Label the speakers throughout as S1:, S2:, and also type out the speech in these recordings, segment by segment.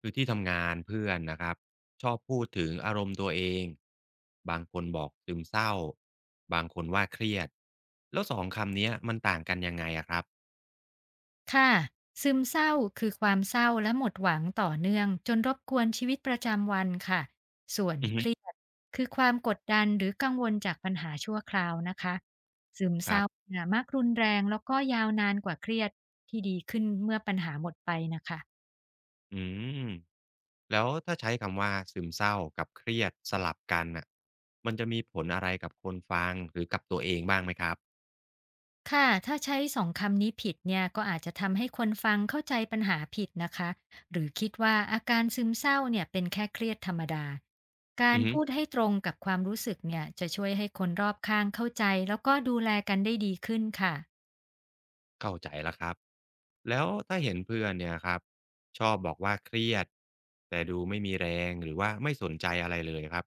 S1: คือที่ทำงานเพื่อนนะครับชอบพูดถึงอารมณ์ตัวเองบางคนบอกซึมเศร้าบางคนว่าเครียดแล้วสองคำเนี้ยมันต่างกันยังไงอะครับ
S2: ค่ะซึมเศร้าคือความเศร้าและหมดหวังต่อเนื่องจนรบกวนชีวิตประจำวันค่ะส่วน
S1: อือฮึ
S2: เครียดคือความกดดันหรือกังวลจากปัญหาชั่วคราวนะคะซึม
S1: ค
S2: เศ
S1: รั
S2: ร้า
S1: บ
S2: เนี่ยมักรุนแรงแล้วก็ยาวนานกว่าเครียดที่ดีขึ้นเมื่อปัญหาหมดไปนะคะ
S1: อืมแล้วถ้าใช้คำว่าซึมเศร้ากับเครียดสลับกันน่ะมันจะมีผลอะไรกับคนฟังหรือกับตัวเองบ้างไหมครับ
S2: ค่ะถ้าใช้สองคำนี้ผิดเนี่ยก็อาจจะทำให้คนฟังเข้าใจปัญหาผิดนะคะหรือคิดว่าอาการซึมเศร้าเนี่ยเป็นแค่เครียดธรรมดาการ
S1: อือฮึ
S2: พูดให้ตรงกับความรู้สึกเนี่ยจะช่วยให้คนรอบข้างเข้าใจแล้วก็ดูแลกันได้ดีขึ้นค่ะ
S1: เข้าใจแล้วครับแล้วถ้าเห็นเพื่อนเนี่ยครับชอบบอกว่าเครียดแต่ดูไม่มีแรงหรือว่าไม่สนใจอะไรเลยครับ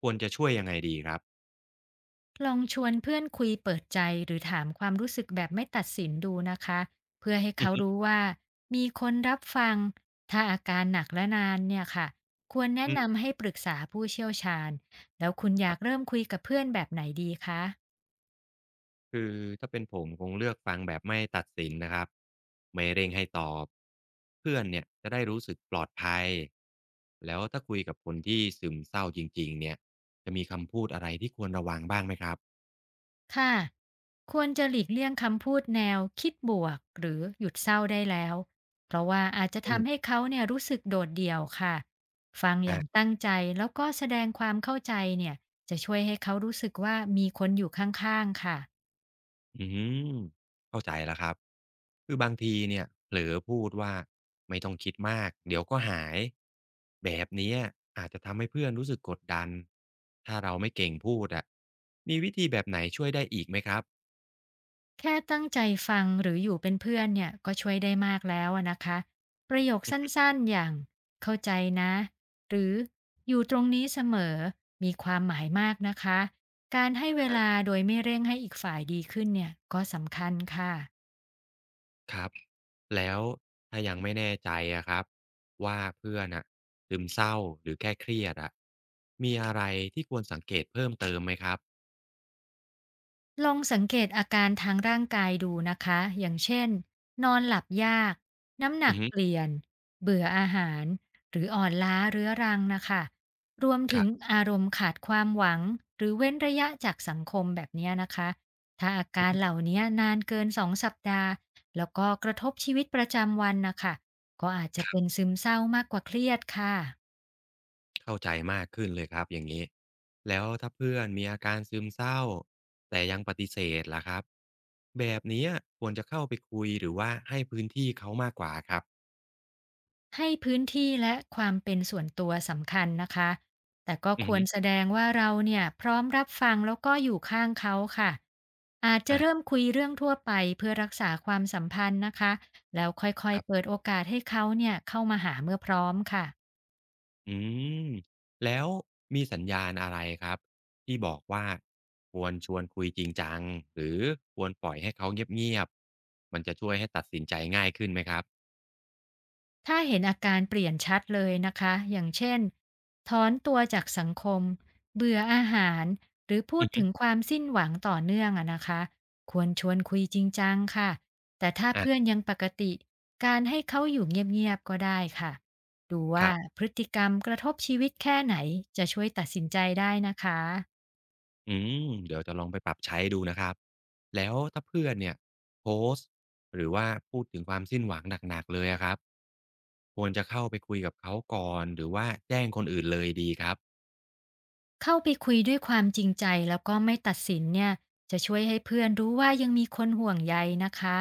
S1: ควรจะช่วยยังไงดีครับ
S2: ลองชวนเพื่อนคุยเปิดใจหรือถามความรู้สึกแบบไม่ตัดสินดูนะคะเพื่อให้
S1: อือ
S2: เขา
S1: ฮึ
S2: รู้ว่ามีคนรับฟังถ้าอาการหนักและนานเนี่ยค่ะควรแนะ
S1: อืม
S2: นำให้ปรึกษาผู้เชี่ยวชาญแล้วคุณอ
S1: ค
S2: ยา
S1: รั
S2: ก
S1: บ
S2: เริ่มคุยกับเพื่อนแบบไหนดีคะ
S1: คือถ้าเป็นผมคงเลือกฟังแบบไม่ตัดสินนะครับไม่เร่งให้ตอบเพื่อนเนี่ยจะได้รู้สึกปลอดภัยแล้วถ้าคุยกับคนที่ซึมเศร้าจริงๆเนี่ยจะมีคำพูดอะไรที่ควรระวังบ้างไหมครับ
S2: ค่ะควรจะหลีกเลี่ยงคำพูดแนวคิดบวกหรือหยุดเศร้าได้แล้วเพราะว่าอาจจะ
S1: อื
S2: ทำให้
S1: ม
S2: เขาเนี่ยรู้สึกโดดเดี่ยวค่ะฟังอย่างตั้งใจแล้วก็แสดงความเข้าใจเนี่ยจะช่วยให้เขารู้สึกว่ามีคนอยู่ข้างๆค่ะ
S1: อืมเข้าใจแล้วครับคือบางทีเนี่ยเผลอพูดว่าไม่ต้องคิดมากเดี๋ยวก็หายแบบเนี้ยอาจจะทำให้เพื่อนรู้สึกกดดันถ้าเราไม่เก่งพูดอะมีวิธีแบบไหนช่วยได้อีกไหมครับ
S2: แค่ตั้งใจฟังหรืออยู่เป็นเพื่อนเนี่ยก็ช่วยได้มากแล้วอะนะคะประโยคสั้นๆอย่างเข้าใจนะหรืออยู่ตรงนี้เสมอมีความหมายมากนะคะการให้เวลาโดยไม่เร่งให้อีกฝ่ายดีขึ้นเนี่ยก็สำคัญค่ะ
S1: ครับแล้วถ้ายังไม่แน่ใจอะครับว่าเพื่อนอ่ะซึมเศร้าหรือแค่เครียดอะมีอะไรที่ควรสังเกตเพิ่มเติมไหมครับ
S2: ลองสังเกตอาการทางร่างกายดูนะคะ อย่างเช่นนอนหลับยาก น้ำหนั
S1: อื
S2: ก
S1: อฮึ
S2: เปลี่ยน เบื่ออาหาร หรืออ่อนล้าเรื้อรังนะคะ รวม
S1: ค
S2: ถึ
S1: รั
S2: ง
S1: บ
S2: อารมณ์ขาดความหวัง หรือเว้นระยะจากสังคมแบบเนี้ยนะคะ ถ้าอา
S1: อื
S2: การเห
S1: ม
S2: ล่านี้นานเกิน2สัปดาห์แล้วก็กระทบชีวิตประจำวันนะคะ ก็อาจจะ
S1: ครั
S2: เป็น
S1: บ
S2: ซึมเศร้ามากกว่าเครียดค่ะ
S1: เข้าใจมากขึ้นเลยครับอย่างนี้แล้วถ้าเพื่อนมีอาการซึมเศร้าแต่ยังปฏิเสธล่ะครับแบบนี้ควรจะเข้าไปคุยหรือว่าให้พื้นที่เขามากกว่าครับ
S2: ให้พื้นที่และความเป็นส่วนตัวสำคัญนะคะ แต่ก็
S1: อื
S2: ค
S1: อ
S2: ว
S1: ฮึ
S2: รแสดงว่าเราเนี่ยพร้อมรับฟังแล้วก็อยู่ข้างเขาค่ะ อาจจะ
S1: อ่ะ
S2: เริ่มคุยเรื่องทั่วไปเพื่อรักษาความสัมพันธ์นะคะ แล้วค่อย
S1: ครั
S2: ๆเปิด
S1: บ
S2: โอกาสให้เขาเนี่ยเข้ามาหาเมื่อพร้อมค่ะ
S1: อืมแล้วมีสัญญาณอะไรครับที่บอกว่าควรชวนคุยจริงจังหรือควรปล่อยให้เขาเงียบๆมันจะช่วยให้ตัดสินใจง่ายขึ้นไหมครับ
S2: ถ้าเห็นอาการเปลี่ยนชัดเลยนะคะ อย่างเช่นถอนตัวจากสังคม เบื่ออาหาร หรือพู
S1: อื
S2: ด
S1: อฮึ
S2: ถึงความสิ้นหวังต่อเนื่องอะนะคะ ควรชวนคุยจริงจังค่ะ แต่ถ้าเพื่อน
S1: อ่ะ
S2: ยังปกติ การให้เขาอยู่เงียบๆก็ได้ค่ะ ดู
S1: ค
S2: ว่า
S1: รับ
S2: พฤติกรรมกระทบชีวิตแค่ไหน จะช่วยตัดสินใจได้นะคะ
S1: อืมเดี๋ยวจะลองไปปรับใช้ดูนะครับแล้วถ้าเพื่อนเนี่ยโพสต์หรือว่าพูดถึงความสิ้นหวังหนักๆเลยอะครับควรจะเข้าไปคุยกับเขาก่อนหรือว่าแจ้งคนอื่นเลยดีครับ
S2: เข้าไปคุยด้วยความจริงใจแล้วก็ไม่ตัดสินเนี่ยจะช่วยให้เพื่อนรู้ว่ายังมีคนห่วงใยนะคะ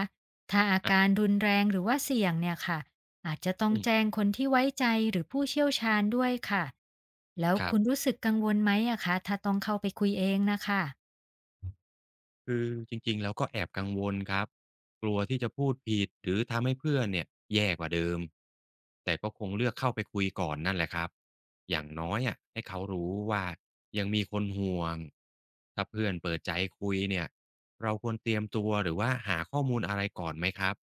S2: ถ้าอา
S1: อะ
S2: การรุนแรงหรือว่าเสี่ยงเนี่ยค่ะอาจจะต้อง
S1: อื
S2: แจ้ง
S1: ม
S2: คนที่ไว้ใจหรือผู้เชี่ยวชาญด้วยค่ะแล้ว
S1: ครั
S2: คุณรู้
S1: บ
S2: สึกกังวลไหมอะคะถ้าต้องเข้าไปคุยเองนะคะ
S1: คือจริงๆแล้วก็แอบกังวลครับกลัวที่จะพูดผิดหรือทำให้เพื่อนเนี่ยแย่กว่าเดิมแต่ก็คงเลือกเข้าไปคุยก่อนนั่นแหละครับอย่างน้อยอะให้เขารู้ว่ายังมีคนห่วงถ้าเพื่อนเปิดใจคุยเนี่ยเราควรเตรียมตัวหรือว่าหาข้อมูลอะไรก่อนไหมครับ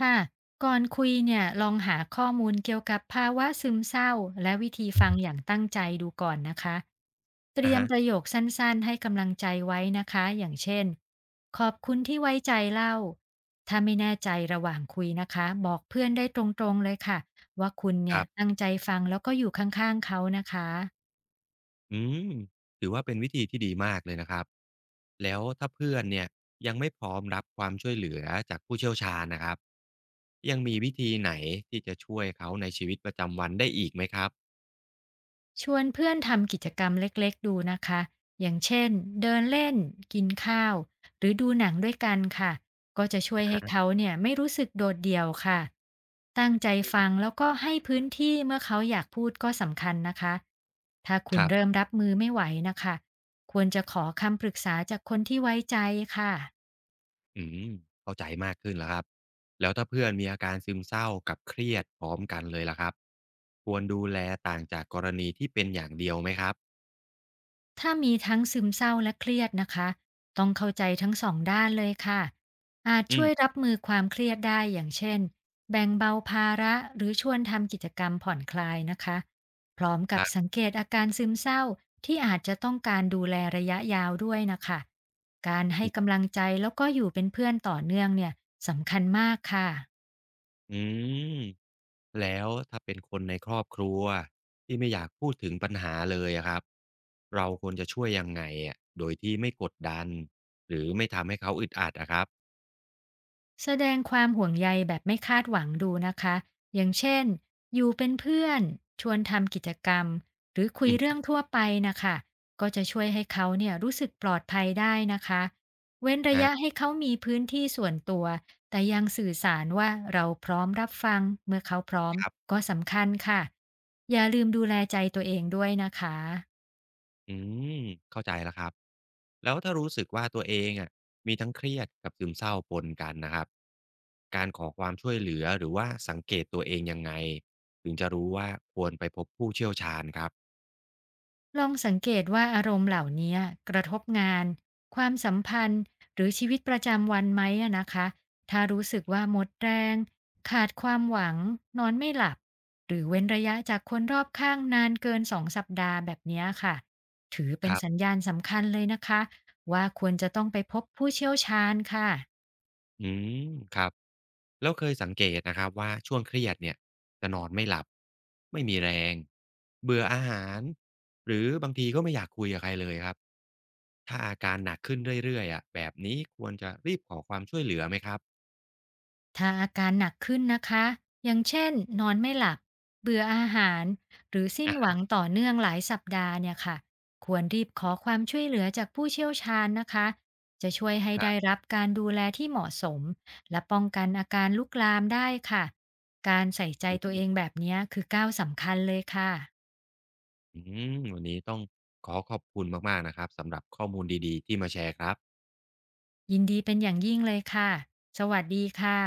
S2: ค่ะก่อนคุยเนี่ยลองหาข้อมูลเกี่ยวกับภาวะซึมเศร้าและวิธีฟังอย่างตั้งใจดูก่อนนะคะเตรี
S1: อะ
S2: ยม
S1: ฮะ
S2: ประโยคสั้นๆให้กำลังใจไว้นะคะอย่างเช่นขอบคุณที่ไว้ใจเล่าถ้าไม่แน่ใจระหว่างคุยนะคะบอกเพื่อนได้ตรงๆเลยค่ะว่าคุณ
S1: ค
S2: เนี่ย
S1: รับ
S2: ตั้งใจฟังแล้วก็อยู่ข้างๆเขานะคะ
S1: อืมถือว่าเป็นวิธีที่ดีมากเลยนะครับแล้วถ้าเพื่อนเนี่ยยังไม่พร้อมรับความช่วยเหลือจากผู้เชี่ยวชาญนะครับยังมีวิธีไหนที่จะช่วยเขาในชีวิตประจำวันได้อีกไหมครับ
S2: ชวนเพื่อนทำกิจกรรมเล็กๆดูนะคะ อย่างเช่นเดินเล่นกินข้าวหรือดูหนังด้วยกันค่ะ ก็จะช่วยให้
S1: อา
S2: เขาเนี่ยไม่รู้สึกโดดเดี่ยวค่ะ ตั้งใจฟังแล้วก็ให้พื้นที่เมื่อเขาอยากพูดก็สำคัญนะคะ ถ้าคุ
S1: ค
S2: ณ
S1: รั
S2: เริ่ม
S1: บ
S2: รับมือไม่ไหวนะคะ ควรจะขอคำปรึกษาจากคนที่ไว้ใจค่ะ
S1: อืมเข้าใจมากขึ้นแล้วครับแล้วถ้าเพื่อนมีอาการซึมเศร้ากับเครียดพร้อมกันเลยล่ะครับควรดูแลต่างจากกรณีที่เป็นอย่างเดียวไหมครับ
S2: ถ้ามีทั้งซึมเศร้าและเครียดนะคะ ต้องเข้าใจทั้งสองด้านเลยค่ะ อาจ
S1: อื
S2: ช่ว
S1: ม
S2: ยรับมือความเครียดได้อย่างเช่นแบ่งเบาภาระหรือชวนทำกิจกรรมผ่อนคลายนะคะพร้อม
S1: ค
S2: กับ
S1: รั
S2: สัง
S1: บ
S2: เกตอาการซึมเศร้าที่อาจจะต้องการดูแลระยะยาวด้วยนะคะ การให้กำลังใจแล้วก็อยู่เป็นเพื่อนต่อเนื่องเนี่ยสำคัญมากค่ะ
S1: อืม แล้วถ้าเป็นคนในครอบครัวที่ไม่อยากพูดถึงปัญหาเลยอะครับเราควรจะช่วยยังไงอะโดยที่ไม่กดดันหรือไม่ทำให้เขาอึดอัดอะครับ
S2: แสดงความห่วงใยแบบไม่คาดหวังดูนะคะ อย่างเช่น อยู่เป็นเพื่อน ชวนทำกิจกรรม หรือคุย
S1: อือฮึ
S2: เรื่องทั่วไปนะคะ ก็จะช่วยให้เขาเนี่ยรู้สึกปลอดภัยได้นะคะ เว้นระยะ
S1: อา
S2: ให้เขามีพื้นที่ส่วนตัว แต่ยังสื่อสารว่าเราพร้อมรับฟังเมื่อเขาพร้อม
S1: ครับ
S2: ก็สำคัญค่ะ อย่าลืมดูแลใจตัวเองด้วยนะคะ
S1: อืมเข้าใจแล้วครับแล้วถ้ารู้สึกว่าตัวเองอะมีทั้งเครียดกับซึมเศร้าปนกันนะครับการขอความช่วยเหลือหรือว่าสังเกตตัวเองยังไงถึงจะรู้ว่าควรไปพบผู้เชี่ยวชาญครับ
S2: ลองสังเกตว่าอารมณ์เหล่านี้กระทบงานความสัมพันธ์หรือชีวิตประจำวันไหมอะนะคะถ้ารู้สึกว่าหมดแรงขาดความหวังนอนไม่หลับหรือเว้นระยะจากคนรอบข้างนานเกิน2สัปดาห์แบบเนี้ยค่ะถือเป็
S1: ค
S2: น
S1: รั
S2: สัญ
S1: บ
S2: ญาณสำคัญเลยนะคะว่าควรจะต้องไปพบผู้เชี่ยวชาญค่ะ
S1: อืมครับ แล้วเคยสังเกตนะครับว่าช่วงเครียดเนี่ยจะนอนไม่หลับไม่มีแรงเบื่ออาหารหรือบางทีก็ไม่อยากคุยกับใครเลยครับถ้าอาการหนักขึ้นเรื่อยๆอะแบบนี้ควรจะรีบขอความช่วยเหลือไหมครับ
S2: ถ้าอาการหนักขึ้นนะคะอย่างเช่นนอนไม่หลับ เบื่ออาหารหรือสิ้นหวัง
S1: อะะ
S2: ต่อเนื่องหลายสัปดาห์เนี่ยค่ะควรรีบขอความช่วยเหลือจากผู้เชี่ยวชาญนะคะจะช่วยให้
S1: ครั
S2: ได้
S1: บ
S2: รับการดูแลที่เหมาะสมและป้องกันอาการลุกลามได้ค่ะการใส่ใจ
S1: อื
S2: ตัวเอง
S1: ม
S2: แบบเนี้ยคือก้าวสำคัญเลยค่ะ
S1: อืมวันนี้ต้องขอขอบคุณมากๆนะครับสำหรับข้อมูลดีๆที่มาแชร์ครับ
S2: ยินดีเป็นอย่างยิ่งเลยค่ะสวัสดีค่ะ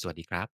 S1: สวัสดีครับ